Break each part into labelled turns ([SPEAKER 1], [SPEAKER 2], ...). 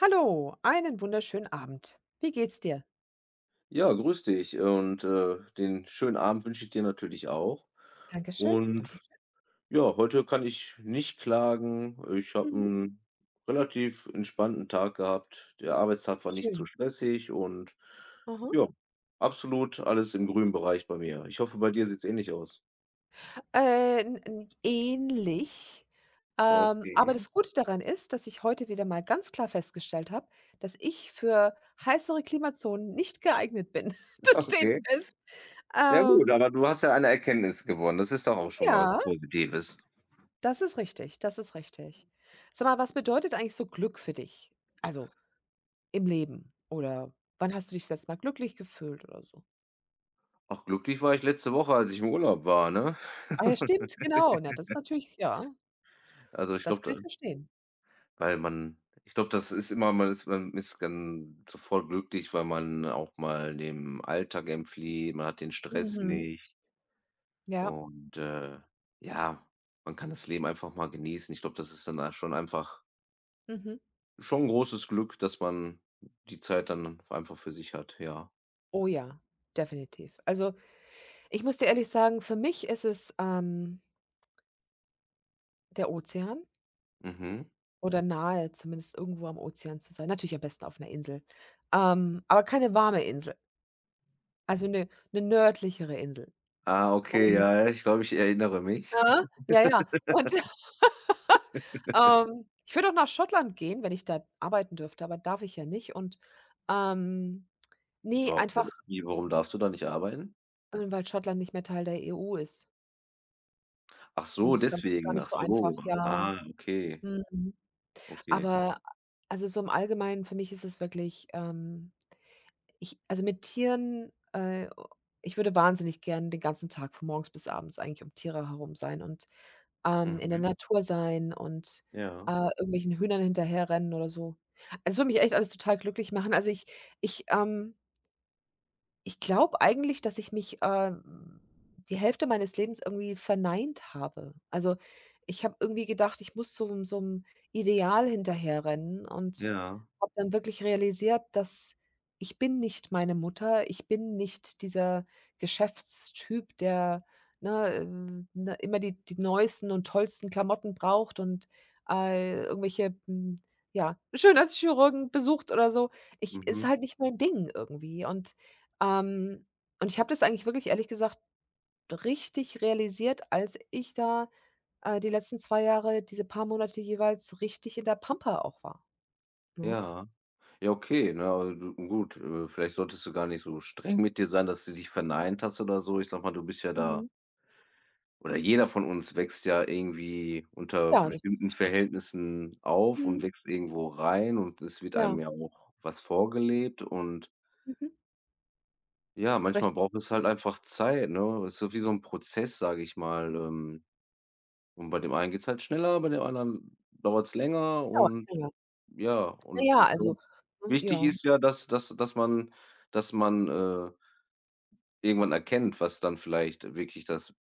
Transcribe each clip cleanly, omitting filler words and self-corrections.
[SPEAKER 1] Hallo, einen wunderschönen Abend. Wie geht's dir?
[SPEAKER 2] Ja, grüß dich und, den schönen Abend wünsche ich dir natürlich auch.
[SPEAKER 1] Dankeschön.
[SPEAKER 2] Und
[SPEAKER 1] Dankeschön.
[SPEAKER 2] ja, heute kann ich nicht klagen. Ich habe
[SPEAKER 1] Mhm.
[SPEAKER 2] einen relativ entspannten Tag gehabt. Der Arbeitstag war nicht zu
[SPEAKER 1] Schön.
[SPEAKER 2] stressig und
[SPEAKER 1] Aha.
[SPEAKER 2] ja, absolut alles im grünen Bereich bei mir. Ich hoffe, bei dir sieht's ähnlich aus.
[SPEAKER 1] N n ähnlich, aber
[SPEAKER 2] Okay,
[SPEAKER 1] das Gute daran ist, dass ich heute wieder mal ganz klar festgestellt habe, dass ich für heißere Klimazonen nicht geeignet bin. Das steht
[SPEAKER 2] okay.
[SPEAKER 1] fest.
[SPEAKER 2] Ja gut,
[SPEAKER 1] Ähm,
[SPEAKER 2] aber du hast ja eine Erkenntnis gewonnen. Das ist doch auch schon mal was
[SPEAKER 1] ja,
[SPEAKER 2] Positives.
[SPEAKER 1] das ist richtig, das ist richtig. Sag mal, was bedeutet eigentlich so Glück für dich? Also, im Leben oder wann hast du dich das letzte Mal glücklich gefühlt oder so?
[SPEAKER 2] Auch glücklich war ich letzte Woche, als ich im Urlaub war, ne?
[SPEAKER 1] Ah ja, stimmt, genau. Na, das ist natürlich, ja,
[SPEAKER 2] Also, ich
[SPEAKER 1] das
[SPEAKER 2] glaube,
[SPEAKER 1] kann ich
[SPEAKER 2] da
[SPEAKER 1] verstehen.
[SPEAKER 2] Weil man ich glaube, das ist immer man ist dann sofort glücklich, weil man auch mal dem Alltag entflieht, man hat den Stress
[SPEAKER 1] Mhm.
[SPEAKER 2] nicht
[SPEAKER 1] Ja,
[SPEAKER 2] und, ja, man kann das Leben einfach mal genießen. Ich glaube, das ist dann a schon einfach
[SPEAKER 1] mhm.
[SPEAKER 2] schon ein großes Glück, dass man die Zeit dann einfach für sich hat, ja.
[SPEAKER 1] Oh ja, definitiv. Also, ich muss dir ehrlich sagen, für mich ist es, der Ozean
[SPEAKER 2] Mhm.
[SPEAKER 1] oder nahe zumindest irgendwo am Ozean zu sein. Natürlich am besten auf 'ner Insel, aber keine warme Insel, also 'ne nördlichere Insel
[SPEAKER 2] Ah, okay,
[SPEAKER 1] und,
[SPEAKER 2] ja, ja, ich glaube, ich erinnere mich.
[SPEAKER 1] ne? Ja, ja. Und, ich würde auch nach Schottland gehen, wenn ich da arbeiten dürfte, aber darf ich ja nicht, und, ähm, ne, einfach,
[SPEAKER 2] Warum darfst du da nicht arbeiten?
[SPEAKER 1] Weil Schottland nicht mehr Teil der EU ist
[SPEAKER 2] Ach
[SPEAKER 1] und
[SPEAKER 2] so,
[SPEAKER 1] das ganz gar
[SPEAKER 2] deswegen.
[SPEAKER 1] nicht
[SPEAKER 2] Ach
[SPEAKER 1] so einfach,
[SPEAKER 2] so.
[SPEAKER 1] ja.
[SPEAKER 2] Ah, okay,
[SPEAKER 1] Mhm.
[SPEAKER 2] okay.
[SPEAKER 1] Aber, also, so im Allgemeinen für mich ist es wirklich, ich, also, mit Tieren, ich würde wahnsinnig gern den ganzen Tag von morgens bis abends eigentlich um Tiere herum sein und, in der
[SPEAKER 2] Mhm.
[SPEAKER 1] Natur sein und,
[SPEAKER 2] Ja,
[SPEAKER 1] äh, irgendwelchen Hühnern hinterherrennen oder so. Also, es würde mich echt alles total glücklich machen. Also, ich, ähm ich glaube eigentlich, dass ich mich, die Hälfte meines Lebens irgendwie verneint habe. Also, ich habe irgendwie gedacht, ich muss so 'nem Ideal hinterherrennen und
[SPEAKER 2] ja.
[SPEAKER 1] habe dann wirklich realisiert, dass ich bin nicht meine Mutter, ich bin nicht dieser Geschäftstyp, der, ne, ne, immer die neuesten und tollsten Klamotten braucht und, irgendwelche, ja, Schönheitschirurgen besucht oder so. Ich ist
[SPEAKER 2] Mhm.
[SPEAKER 1] halt nicht mein Ding irgendwie ähm, und ich habe das eigentlich wirklich, ehrlich gesagt, richtig realisiert, als ich da, die letzten 2 Jahre, diese paar Monate jeweils richtig in der Pampa auch war, ne?
[SPEAKER 2] Ja. Ja, okay, ne, aber du gut, vielleicht solltest du gar nicht so streng mit dir sein, dass du dich verneint hast oder so. Ich sag mal, du bist ja da
[SPEAKER 1] Mhm.
[SPEAKER 2] oder jeder von uns wächst ja irgendwie unter
[SPEAKER 1] Ja, das ist
[SPEAKER 2] bestimmten
[SPEAKER 1] richtig.
[SPEAKER 2] Verhältnissen auf
[SPEAKER 1] Mhm,
[SPEAKER 2] und wächst irgendwo rein und es wird
[SPEAKER 1] ja,
[SPEAKER 2] einem ja auch was vorgelebt und
[SPEAKER 1] mhm,
[SPEAKER 2] ja, manchmal
[SPEAKER 1] richtig.
[SPEAKER 2] braucht es halt einfach Zeit, ne? Es ist so wie so ein Prozess, sage ich mal, und bei dem einen geht's halt schneller, bei dem anderen dauert's länger
[SPEAKER 1] Dauert's
[SPEAKER 2] und
[SPEAKER 1] länger.
[SPEAKER 2] ja,
[SPEAKER 1] Na
[SPEAKER 2] und
[SPEAKER 1] ja,
[SPEAKER 2] ich
[SPEAKER 1] also,
[SPEAKER 2] glaube
[SPEAKER 1] ne,
[SPEAKER 2] wichtig
[SPEAKER 1] ja.
[SPEAKER 2] ist ja, dass man irgendwann erkennt, was dann vielleicht wirklich das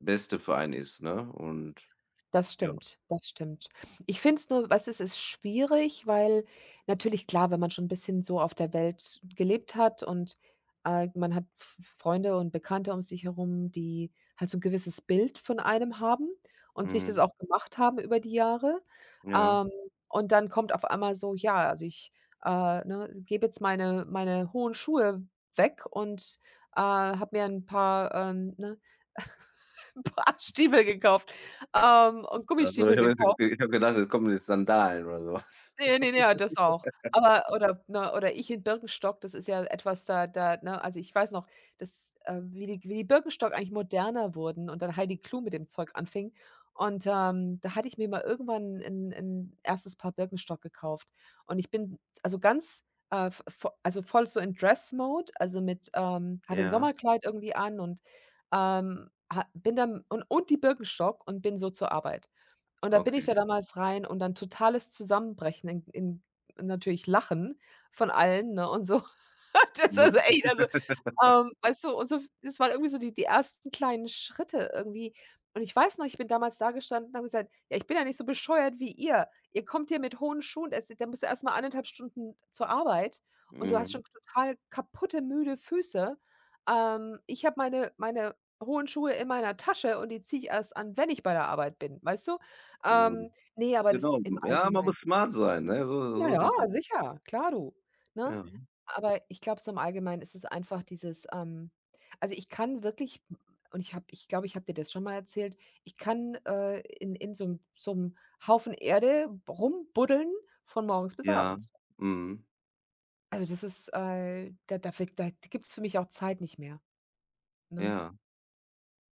[SPEAKER 2] Beste für einen ist, ne? Und
[SPEAKER 1] Das
[SPEAKER 2] ja,
[SPEAKER 1] stimmt, das stimmt. Ich finde es nur, was ist, es ist schwierig, weil, natürlich klar, wenn man schon ein bisschen so auf der Welt gelebt hat und, man hat F Freunde und Bekannte um sich herum, die halt so ein gewisses Bild von einem haben und sich das
[SPEAKER 2] mhm,
[SPEAKER 1] auch gemacht haben über die Jahre.
[SPEAKER 2] ja.
[SPEAKER 1] Ähm, und dann kommt auf einmal so: „Ja, also ich, ne, gebe jetzt meine hohen Schuhe weg und, habe mir ein paar, ne“ paar Stiefel gekauft, und
[SPEAKER 2] Also, ich
[SPEAKER 1] Gummistiefel
[SPEAKER 2] habe jetzt
[SPEAKER 1] gekauft.
[SPEAKER 2] ich habe gedacht, jetzt kommen jetzt Sandalen oder sowas.
[SPEAKER 1] Ne, ne, ne, das auch. Aber oder ne, oder ich in Birkenstock, das ist ja etwas, da da ne, also, ich weiß noch, dass, wie die Birkenstock eigentlich moderner wurden und dann Heidi Klum mit dem Zeug anfing. Und, da hatte ich mir mal irgendwann 'n 'n 1. Paar Birkenstock gekauft. Und ich bin, also, ganz, v vo also, voll so in Dress Mode, also, mit, hatte 'n
[SPEAKER 2] Ja,
[SPEAKER 1] Sommerkleid irgendwie an und, ha bin dann und die Birkenstock, und bin so zur Arbeit. Und da bin ich
[SPEAKER 2] okay.
[SPEAKER 1] da damals rein und dann totales Zusammenbrechen in, natürlich, Lachen von allen, ne, und so. Das
[SPEAKER 2] Mhm,
[SPEAKER 1] ist echt, also, weißt du, und so, das waren irgendwie so die ersten kleinen Schritte irgendwie. Und ich weiß noch, ich bin damals da gestanden und habe gesagt: „Ja, ich bin ja nicht so bescheuert wie ihr. Ihr kommt hier mit hohen Schuhen, es da musst du erst mal 1,5 Stunden zur Arbeit und du hast
[SPEAKER 2] mhm,
[SPEAKER 1] schon total kaputte, müde Füße. Ich habe meine hohen Schuhe in meiner Tasche und die ziehe ich erst an, wenn ich bei der Arbeit bin“, weißt du?
[SPEAKER 2] mhm.
[SPEAKER 1] Ähm, ne, aber das
[SPEAKER 2] Genau,
[SPEAKER 1] im
[SPEAKER 2] ja, man muss
[SPEAKER 1] Allgemeinen,
[SPEAKER 2] smart sein, ne? So
[SPEAKER 1] ja,
[SPEAKER 2] so
[SPEAKER 1] ja,
[SPEAKER 2] sieht's aus.
[SPEAKER 1] sicher, klar, du, ne?
[SPEAKER 2] Ja,
[SPEAKER 1] Aber ich glaube, so im Allgemeinen ist es einfach dieses, also, ich kann wirklich, und ich habe, ich glaube, ich habe dir das schon mal erzählt, ich kann, in, so 'n, Haufen Erde rumbuddeln von morgens bis
[SPEAKER 2] ja,
[SPEAKER 1] abends.
[SPEAKER 2] mhm,
[SPEAKER 1] Also, das ist, da da fehlt, da gibt's für mich auch Zeit nicht mehr, ne?
[SPEAKER 2] ja.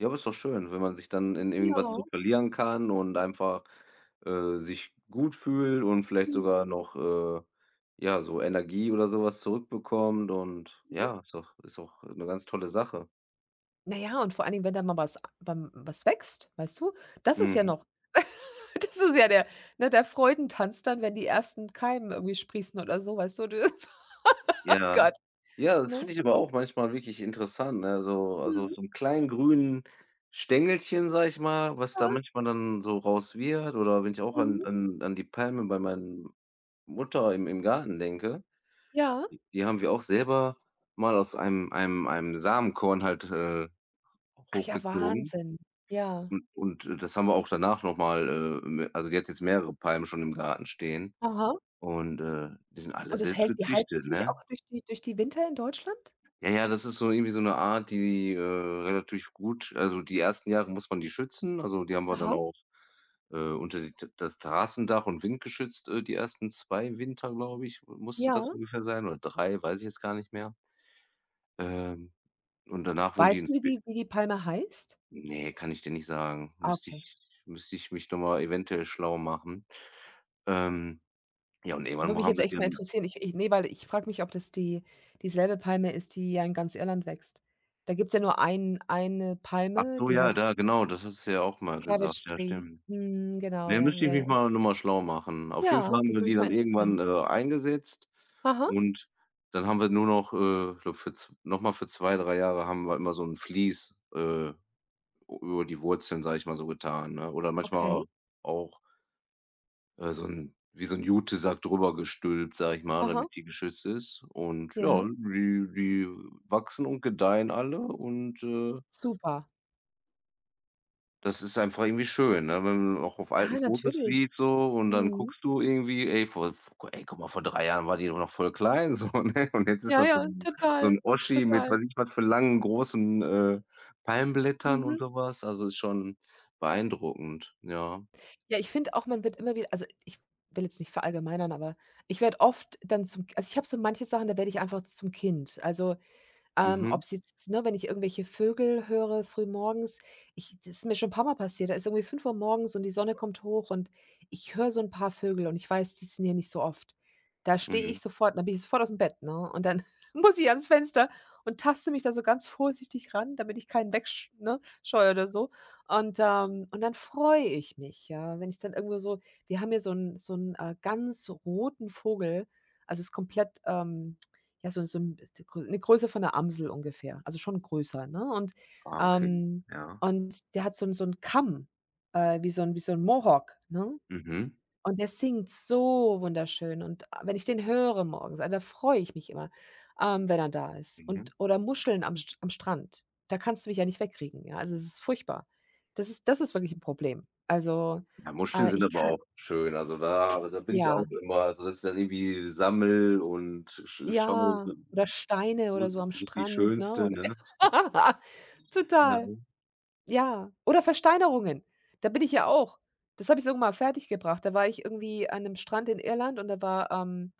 [SPEAKER 2] Ja, aber ist doch schön, wenn man sich dann in irgendwas
[SPEAKER 1] Ja.
[SPEAKER 2] so verlieren kann und einfach, sich gut fühlt und vielleicht
[SPEAKER 1] Mhm.
[SPEAKER 2] sogar noch, ja, so Energie oder sowas zurückbekommt und ja, ist doch 'ne ganz tolle Sache.
[SPEAKER 1] Na ja, und vor allen Dingen, wenn da mal was, beim was wächst, weißt du? Das ist ja
[SPEAKER 2] Mhm.
[SPEAKER 1] noch das ist ja der Freudentanz dann, wenn die ersten Keimen irgendwie sprießen oder so, weißt du? Das oh
[SPEAKER 2] Ja.
[SPEAKER 1] Gott,
[SPEAKER 2] Ja, das
[SPEAKER 1] ne?
[SPEAKER 2] finde ich aber auch manchmal wirklich interessant, ne? So also,
[SPEAKER 1] Mhm.
[SPEAKER 2] so einen kleinen grünen Stängelchen, sag ich mal, was da
[SPEAKER 1] Ja,
[SPEAKER 2] manchmal dann so raus wird oder wenn ich auch an
[SPEAKER 1] mhm.
[SPEAKER 2] an die Palme bei meiner Mutter im im Garten denke.
[SPEAKER 1] Ja.
[SPEAKER 2] Die die haben wir auch selber mal aus einem einem Samenkorn halt,
[SPEAKER 1] Ach ja,
[SPEAKER 2] hochgezogen
[SPEAKER 1] Wahnsinn. Ja.
[SPEAKER 2] und das haben wir auch danach noch mal, m also die hat jetzt mehrere Palmen schon im Garten stehen
[SPEAKER 1] Aha.
[SPEAKER 2] und, die sind alle
[SPEAKER 1] Und, es
[SPEAKER 2] selbst
[SPEAKER 1] hält die halten
[SPEAKER 2] gezüchtet,
[SPEAKER 1] sich
[SPEAKER 2] ne?
[SPEAKER 1] auch durch die Winter in Deutschland?
[SPEAKER 2] Ja, ja, das ist so irgendwie so 'ne Art, die, relativ gut also die ersten Jahre muss man die schützen, also die haben wir dann
[SPEAKER 1] Aha.
[SPEAKER 2] auch, unter die T das Terrassendach und windgeschützt, die ersten 2 Winter, glaube ich, musste das
[SPEAKER 1] Ja.
[SPEAKER 2] ungefähr sein oder 3 weiß ich jetzt gar nicht mehr. Ähm, und danach wurden die
[SPEAKER 1] Weißt du,
[SPEAKER 2] ins
[SPEAKER 1] wie
[SPEAKER 2] Be
[SPEAKER 1] die, Palme heißt?
[SPEAKER 2] ne, kann ich dir nicht sagen.
[SPEAKER 1] Ah,
[SPEAKER 2] Müsste
[SPEAKER 1] okay.
[SPEAKER 2] ich müsste ich mich noch mal eventuell schlau machen. Ähm, ja, und irgendwann
[SPEAKER 1] Würde
[SPEAKER 2] wo
[SPEAKER 1] mich
[SPEAKER 2] haben
[SPEAKER 1] jetzt
[SPEAKER 2] wir die
[SPEAKER 1] echt mal
[SPEAKER 2] dann
[SPEAKER 1] interessieren. Weil ich frage mich, ob das dieselbe Palme ist, die ja in ganz Irland wächst. Da gibt's ja nur eine
[SPEAKER 2] ach
[SPEAKER 1] Palme,
[SPEAKER 2] so,
[SPEAKER 1] die
[SPEAKER 2] ja,
[SPEAKER 1] heißt
[SPEAKER 2] da, genau, das hast du ja auch mal
[SPEAKER 1] Cabbage
[SPEAKER 2] gesagt. Ja,
[SPEAKER 1] Tree.
[SPEAKER 2] stimmt.
[SPEAKER 1] Mhm, genau,
[SPEAKER 2] Ne,
[SPEAKER 1] ja,
[SPEAKER 2] müsste ich
[SPEAKER 1] ja, ja.
[SPEAKER 2] mich mal noch mal schlau machen. Auf jeden
[SPEAKER 1] Ja,
[SPEAKER 2] Fall
[SPEAKER 1] das
[SPEAKER 2] haben wir
[SPEAKER 1] würde
[SPEAKER 2] die
[SPEAKER 1] mich mal
[SPEAKER 2] dann
[SPEAKER 1] interessieren.
[SPEAKER 2] irgendwann, eingesetzt
[SPEAKER 1] Aha,
[SPEAKER 2] und dann haben wir nur noch, glaube für z noch mal für 2 3 Jahre haben wir immer so 'n Vlies, u über die Wurzeln, sage ich mal so, getan, ne? Oder manchmal
[SPEAKER 1] okay.
[SPEAKER 2] auch äh, so 'n wie so 'n Jutesack drüber gestülpt, sage ich mal,
[SPEAKER 1] Aha,
[SPEAKER 2] damit die geschützt ist. Und
[SPEAKER 1] ja,
[SPEAKER 2] ja, die die wachsen und gedeihen alle und,
[SPEAKER 1] super.
[SPEAKER 2] das ist einfach irgendwie schön, ne, wenn man auch auf
[SPEAKER 1] Ja,
[SPEAKER 2] alten Fotos
[SPEAKER 1] natürlich.
[SPEAKER 2] sieht so und dann
[SPEAKER 1] Mhm.
[SPEAKER 2] guckst du irgendwie: „Ey, vor v ey, guck mal, vor 3 Jahren war die doch noch voll klein so, ne?“ Und jetzt ist
[SPEAKER 1] Ja,
[SPEAKER 2] das
[SPEAKER 1] ja,
[SPEAKER 2] so
[SPEAKER 1] total,
[SPEAKER 2] 'n Oschi mit
[SPEAKER 1] total.
[SPEAKER 2] weiß ich was für langen, großen, Palmblättern
[SPEAKER 1] Mhm.
[SPEAKER 2] und so was. Also, ist schon beeindruckend, ja.
[SPEAKER 1] Ja, ich finde auch, man wird immer wieder, also, ich will jetzt nicht verallgemeinern, aber ich werde oft dann zum, also, ich habe so manche Sachen, da werde ich einfach zum Kind. Also,
[SPEAKER 2] Mhm,
[SPEAKER 1] ob es jetzt, ne, wenn ich irgendwelche Vögel höre früh morgens, ich das ist mir schon ein paar mal passiert, da ist irgendwie 5 Uhr morgens und die Sonne kommt hoch und ich höre so ein paar Vögel und ich weiß, die sind hier nicht so oft. Da stehe
[SPEAKER 2] mhm.
[SPEAKER 1] ich sofort, dann bin ich sofort aus dem Bett, ne, und dann muss ich ans Fenster und taste mich da so ganz vorsichtig ran, damit ich keinen, scheue oder so. Und dann freue ich mich, ja, wenn ich dann irgendwo so, wir haben hier so 'n, ganz roten Vogel, also, ist komplett, ja, so 'n, ist Grö 'ne Größe von 'ner Amsel ungefähr, also schon größer, ne?
[SPEAKER 2] Ah, okay.
[SPEAKER 1] Ähm
[SPEAKER 2] Ja.
[SPEAKER 1] und der hat so 'n Kamm, wie so ein Mohawk, ne?
[SPEAKER 2] Mhm.
[SPEAKER 1] Und der singt so wunderschön und, ah, wenn ich den höre morgens, ah, da freue ich mich immer, wenn er da ist.
[SPEAKER 2] Mhm.
[SPEAKER 1] Und, oder Muscheln am Strand, da kannst du mich ja nicht wegkriegen, ja? Also, es ist furchtbar. Das ist, das ist wirklich ein Problem. Also,
[SPEAKER 2] Ja, Muscheln sind
[SPEAKER 1] ich
[SPEAKER 2] aber
[SPEAKER 1] kann,
[SPEAKER 2] auch schön. Also, da da bin ich
[SPEAKER 1] ja.
[SPEAKER 2] auch immer also, das ist dann irgendwie sammel und sch schaue,
[SPEAKER 1] Ja, oder Steine
[SPEAKER 2] wo
[SPEAKER 1] oder so am
[SPEAKER 2] wo ist die
[SPEAKER 1] Strand, ne?
[SPEAKER 2] schönste,
[SPEAKER 1] Oder
[SPEAKER 2] ne? Ja,
[SPEAKER 1] total, ja. Oder Versteinerungen. Da bin ich ja auch. Das habe ich irgendwann mal fertiggebracht. Da war ich irgendwie an einem Strand in Irland und da war, ähm,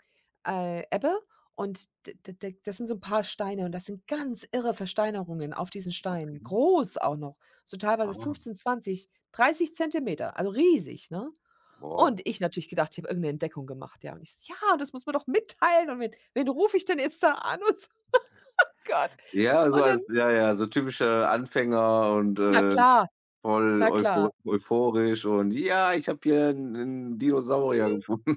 [SPEAKER 1] äh, Ebbe und d d d das sind so ein paar Steine und das sind ganz irre Versteinerungen auf diesen
[SPEAKER 2] okay.
[SPEAKER 1] Steinen. Groß auch noch, so teilweise
[SPEAKER 2] Ah,
[SPEAKER 1] 15 20 30 Zentimeter, also riesig, ne?
[SPEAKER 2] wow.
[SPEAKER 1] Und ich, natürlich, gedacht, ich habe irgendeine Entdeckung gemacht, ja. Und ich so: „Ja, das muss man doch mitteilen und wen rufe ich denn jetzt da an?“ Und so, oh Gott.
[SPEAKER 2] Ja, so
[SPEAKER 1] Und dann,
[SPEAKER 2] als ja, ja, so typischer Anfänger und,
[SPEAKER 1] na klar,
[SPEAKER 2] voll
[SPEAKER 1] na klar.
[SPEAKER 2] euphor euphorisch und: „Ja, ich habe hier einen Dinosaurier gefunden.“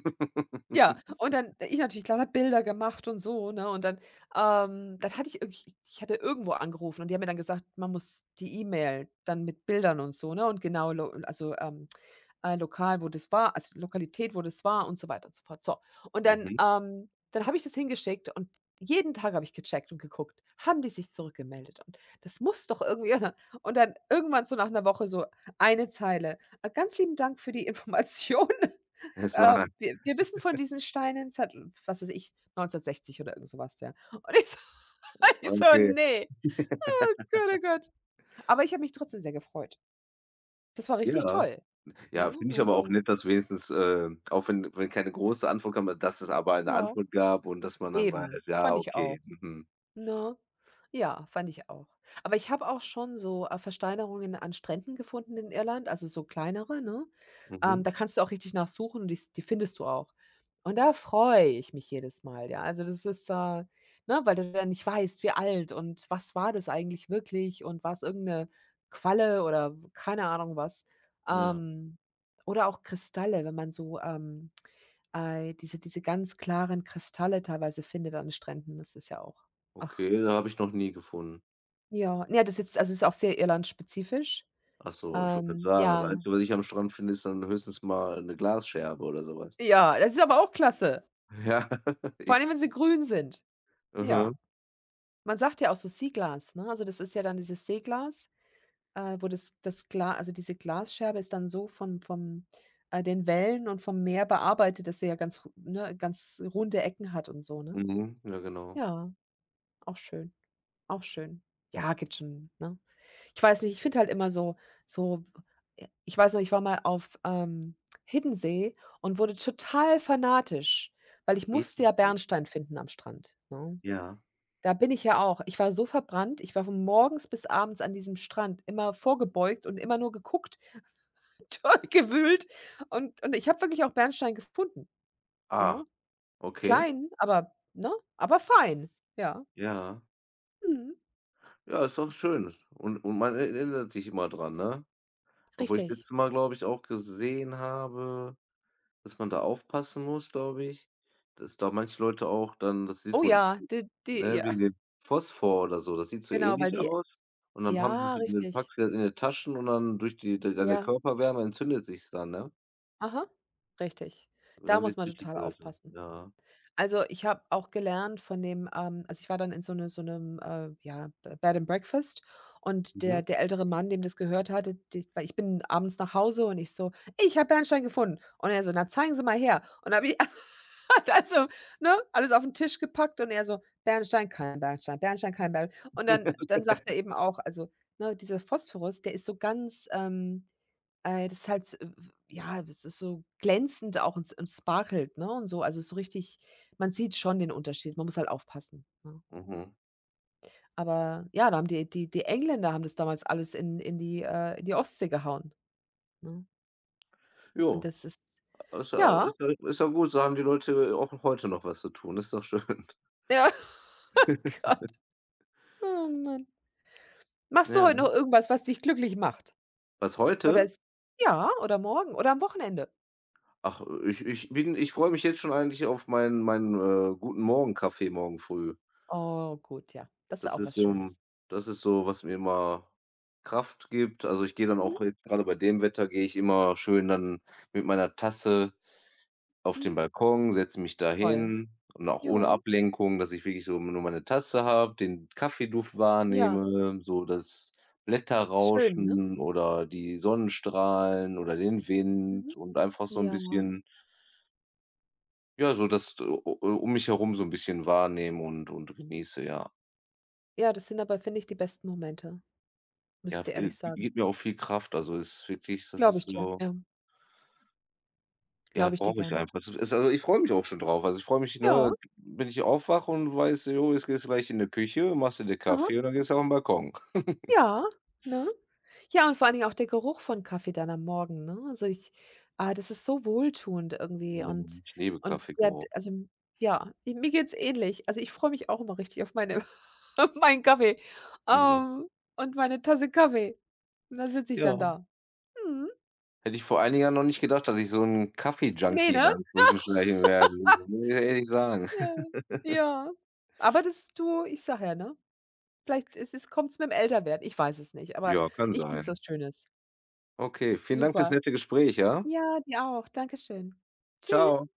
[SPEAKER 1] Ja, und dann ich natürlich lauter Bilder gemacht und so, ne? Und dann, dann hatte ich irgendwie ich hatte irgendwo angerufen und die haben mir dann gesagt, man muss die E-Mail dann mit Bildern und so, ne? Und, genau, lo also, lokal, wo das war, also Lokalität, wo das war und so weiter und so fort. So, und dann,
[SPEAKER 2] Mhm.
[SPEAKER 1] dann habe ich das hingeschickt und jeden Tag habe ich gecheckt und geguckt, haben die sich zurückgemeldet? Und das muss doch irgendwie und dann irgendwann so nach 'ner Woche so eine Zeile: ganz lieben Dank für die Information.“
[SPEAKER 2] Es war
[SPEAKER 1] wir wissen von diesen Steinen seit, was weiß ich, 1960 oder irgend so was, ja. Und ich so ich so:
[SPEAKER 2] okay,
[SPEAKER 1] „Ne, Gott, oh Gott.“ Aber ich habe mich trotzdem sehr gefreut. Das war richtig
[SPEAKER 2] ja.
[SPEAKER 1] toll, ne?
[SPEAKER 2] Ja, finde ich aber auch
[SPEAKER 1] Also,
[SPEAKER 2] nett, dass wenigstens, auch wenn wenn keine große Antwort kam, dass es aber eine
[SPEAKER 1] ja,
[SPEAKER 2] Antwort gab und dass man dann weiß,
[SPEAKER 1] eben,
[SPEAKER 2] ja,
[SPEAKER 1] fand ich auch.
[SPEAKER 2] okay, mhm,
[SPEAKER 1] Ne? Ja, fand ich auch. Aber ich habe auch schon so, Versteinerungen an Stränden gefunden in Irland, also so kleinere, ne?
[SPEAKER 2] mhm,
[SPEAKER 1] Da kannst du auch richtig nachsuchen und die findest du auch. Und da freue ich mich jedes Mal, ja. Also, das ist, ne, weil du dann nicht weißt, wie alt und was war das eigentlich wirklich und war es irgendeine Qualle oder keine Ahnung was.
[SPEAKER 2] ja,
[SPEAKER 1] Ähm, oder auch Kristalle, wenn man so, diese ganz klaren Kristalle teilweise findet an Stränden, das ist ja auch. Ach,
[SPEAKER 2] okay, da habe ich noch nie gefunden.
[SPEAKER 1] ja. Ja, das ist jetzt, also, ist auch sehr irlandspezifisch.
[SPEAKER 2] Ach so, ich wollte grad sagen, das
[SPEAKER 1] Ja.
[SPEAKER 2] Einzige, was ich am Strand finde, ist dann höchstens mal 'ne Glasscherbe oder so was.
[SPEAKER 1] Ja, das ist aber auch klasse.
[SPEAKER 2] Ja,
[SPEAKER 1] Vor
[SPEAKER 2] ich
[SPEAKER 1] allem, wenn sie grün sind.
[SPEAKER 2] mhm,
[SPEAKER 1] Ja. Man sagt ja auch so Seeglas, ne? Also, das ist ja dann dieses Seeglas, wo das das Gla also, diese Glasscherbe ist dann so von vom, den Wellen und vom Meer bearbeitet, dass sie ja ganz ru ne, ganz runde Ecken hat und so, ne?
[SPEAKER 2] mhm, ja genau.
[SPEAKER 1] Ja, auch schön. Auch schön. Ja, gibt schon, ne? Ich weiß nicht, ich finde halt immer so, so ich weiß noch, ich war mal auf, Hiddensee und wurde total fanatisch, weil ich musste ja
[SPEAKER 2] Hethensee,
[SPEAKER 1] Bernstein finden am Strand, ne?
[SPEAKER 2] ja.
[SPEAKER 1] Da bin ich ja auch. Ich war so verbrannt, ich war von morgens bis abends an diesem Strand immer vorgebeugt und immer nur geguckt, toll gewühlt und ich habe wirklich auch Bernstein gefunden, ne?
[SPEAKER 2] Ah, okay,
[SPEAKER 1] Klein, aber, ne, aber fein. Ja.
[SPEAKER 2] ja.
[SPEAKER 1] Mhm.
[SPEAKER 2] Ja, ist doch schön und man erinnert sich immer dran, ne? Obwohl ich
[SPEAKER 1] Richtig.
[SPEAKER 2] letztes Mal, glaube ich, auch gesehen habe dass man da aufpassen muss, glaube ich, dass da manche Leute auch dann das sieht
[SPEAKER 1] Oh
[SPEAKER 2] wohl,
[SPEAKER 1] ja, d die
[SPEAKER 2] ne,
[SPEAKER 1] ja.
[SPEAKER 2] wegen dem Phosphor oder so, das sieht so
[SPEAKER 1] Genau, weil
[SPEAKER 2] ähnlich
[SPEAKER 1] die,
[SPEAKER 2] aus und dann haben sie
[SPEAKER 1] ja,
[SPEAKER 2] sich in den packt
[SPEAKER 1] richtig.
[SPEAKER 2] sie dann in die Taschen und dann durch die de deine
[SPEAKER 1] Ja,
[SPEAKER 2] Körperwärme entzündet sich's dann, ne?
[SPEAKER 1] aha, richtig.
[SPEAKER 2] Und
[SPEAKER 1] Da
[SPEAKER 2] dann
[SPEAKER 1] muss
[SPEAKER 2] wird's
[SPEAKER 1] man
[SPEAKER 2] richtig
[SPEAKER 1] total
[SPEAKER 2] böse.
[SPEAKER 1] aufpassen.
[SPEAKER 2] Ja.
[SPEAKER 1] Also, ich habe auch gelernt von dem, also, ich war dann in so 'nem, ja, Be Bed and Breakfast und der
[SPEAKER 2] Mhm.
[SPEAKER 1] der ältere Mann, dem das gehört hatte, d weil ich bin abends nach Hause und ich so: „Ich habe Bernstein gefunden.“ Und er so: „Na, zeigen Sie mal her.“ Und habe ich hat, also, ne, alles auf 'n Tisch gepackt und er so: „Bernstein, kein Bernstein, Bernstein, kein Bern“ und dann sagt er eben auch, also, ne, dieser Phosphorus, der ist so ganz, das ist halt s w ja, das ist so glänzend auch und s und sparkelt, ne, und so. Also, so richtig, man sieht schon den Unterschied, man muss halt aufpassen, ne?
[SPEAKER 2] Mhm.
[SPEAKER 1] Aber ja, da haben die Engländer haben das damals alles in, die, in die Ostsee gehauen, ne? Und
[SPEAKER 2] Jo,
[SPEAKER 1] das ist,
[SPEAKER 2] ist ja
[SPEAKER 1] ja,
[SPEAKER 2] ist ja ist ja gut, so haben die Leute auch heute noch was zu tun, ist doch schön.
[SPEAKER 1] ja. Oh Gott. Oh Mann. Machst du
[SPEAKER 2] Ja.
[SPEAKER 1] heute noch irgendwas, was dich glücklich macht?
[SPEAKER 2] Was
[SPEAKER 1] Oder
[SPEAKER 2] heute?
[SPEAKER 1] ist, ja, oder morgen oder am Wochenende?
[SPEAKER 2] Ach, ich freue mich jetzt schon eigentlich auf meinen guten Morgen-Kaffee morgen früh.
[SPEAKER 1] Oh, gut, ja. Das ist ja
[SPEAKER 2] Das
[SPEAKER 1] auch
[SPEAKER 2] ist
[SPEAKER 1] was
[SPEAKER 2] so 'n
[SPEAKER 1] Schönes.
[SPEAKER 2] das ist so, was mir immer Kraft gibt. Also, ich gehe dann
[SPEAKER 1] Mhm,
[SPEAKER 2] auch jetzt grade bei dem Wetter gehe ich immer schön dann mit meiner Tasse auf
[SPEAKER 1] mhm.
[SPEAKER 2] den Balkon, setze mich da
[SPEAKER 1] Toll.
[SPEAKER 2] hin und auch ohne
[SPEAKER 1] Ja,
[SPEAKER 2] Ablenkung, dass ich wirklich so nur meine Tasse habe, den Kaffeeduft
[SPEAKER 1] ja.
[SPEAKER 2] wahrnehme, so das
[SPEAKER 1] Schön, ne?
[SPEAKER 2] Blätterrauschen oder die Sonnenstrahlen oder den
[SPEAKER 1] Mhm.
[SPEAKER 2] Wind und einfach so 'n
[SPEAKER 1] Ja.
[SPEAKER 2] bisschen ja, so das u u um mich herum so 'n bisschen wahrnehme und genieße, ja.
[SPEAKER 1] Ja, das sind aber, finde ich, die besten Momente, muss ich
[SPEAKER 2] Ja,
[SPEAKER 1] dir ehrlich sagen.
[SPEAKER 2] gibt mir auch viel Kraft. Also, ist wirklich das
[SPEAKER 1] Glaube
[SPEAKER 2] ist
[SPEAKER 1] ich dir,
[SPEAKER 2] so
[SPEAKER 1] ja.
[SPEAKER 2] ja,
[SPEAKER 1] Glaube ich dir
[SPEAKER 2] brauche ich
[SPEAKER 1] gern.
[SPEAKER 2] einfach. Das ist also, ich freue mich auch schon drauf. Also, ich freue mich,
[SPEAKER 1] Ja,
[SPEAKER 2] ne, wenn ich aufwache und weiß, jo, jetzt gehst du gleich in die Küche, machst dir 'ne
[SPEAKER 1] aha,
[SPEAKER 2] Kaffee und dann gehst du auf den Balkon.
[SPEAKER 1] ja, ne? Ja, und vor allen Dingen auch der Geruch von Kaffee dann am Morgen, ne? Also, ich ah, das ist so wohltuend irgendwie und
[SPEAKER 2] Mhm, ich liebe
[SPEAKER 1] und ja, d
[SPEAKER 2] Kaffeegeruch.
[SPEAKER 1] also, ja, i mir geht's ähnlich. Also, ich freue mich auch immer richtig auf meine auf meinen Kaffee,
[SPEAKER 2] Mhm.
[SPEAKER 1] ähm, und meine Tasse Kaffee. Und dann sitze ich dann
[SPEAKER 2] Ja.
[SPEAKER 1] da. Mhm.
[SPEAKER 2] Hätte ich vor einigen Jahren noch nicht gedacht, dass ich so 'n
[SPEAKER 1] Ne,
[SPEAKER 2] Kaffee-Junkie in
[SPEAKER 1] ne?
[SPEAKER 2] Anführungsstrichen werde, muss ich ehrlich sagen.
[SPEAKER 1] Ja, ja. Aber das, du, ich sag ja, ne? Vielleicht ist es, kommt es mit dem Älterwerden, ich weiß es nicht, aber
[SPEAKER 2] Ja, kann
[SPEAKER 1] ich finde es was
[SPEAKER 2] sein.
[SPEAKER 1] Schönes.
[SPEAKER 2] Okay, vielen Dank fürs
[SPEAKER 1] Super.
[SPEAKER 2] nette Gespräch, ja?
[SPEAKER 1] Ja, dir auch. Dankeschön. Tschüss.
[SPEAKER 2] Tschau.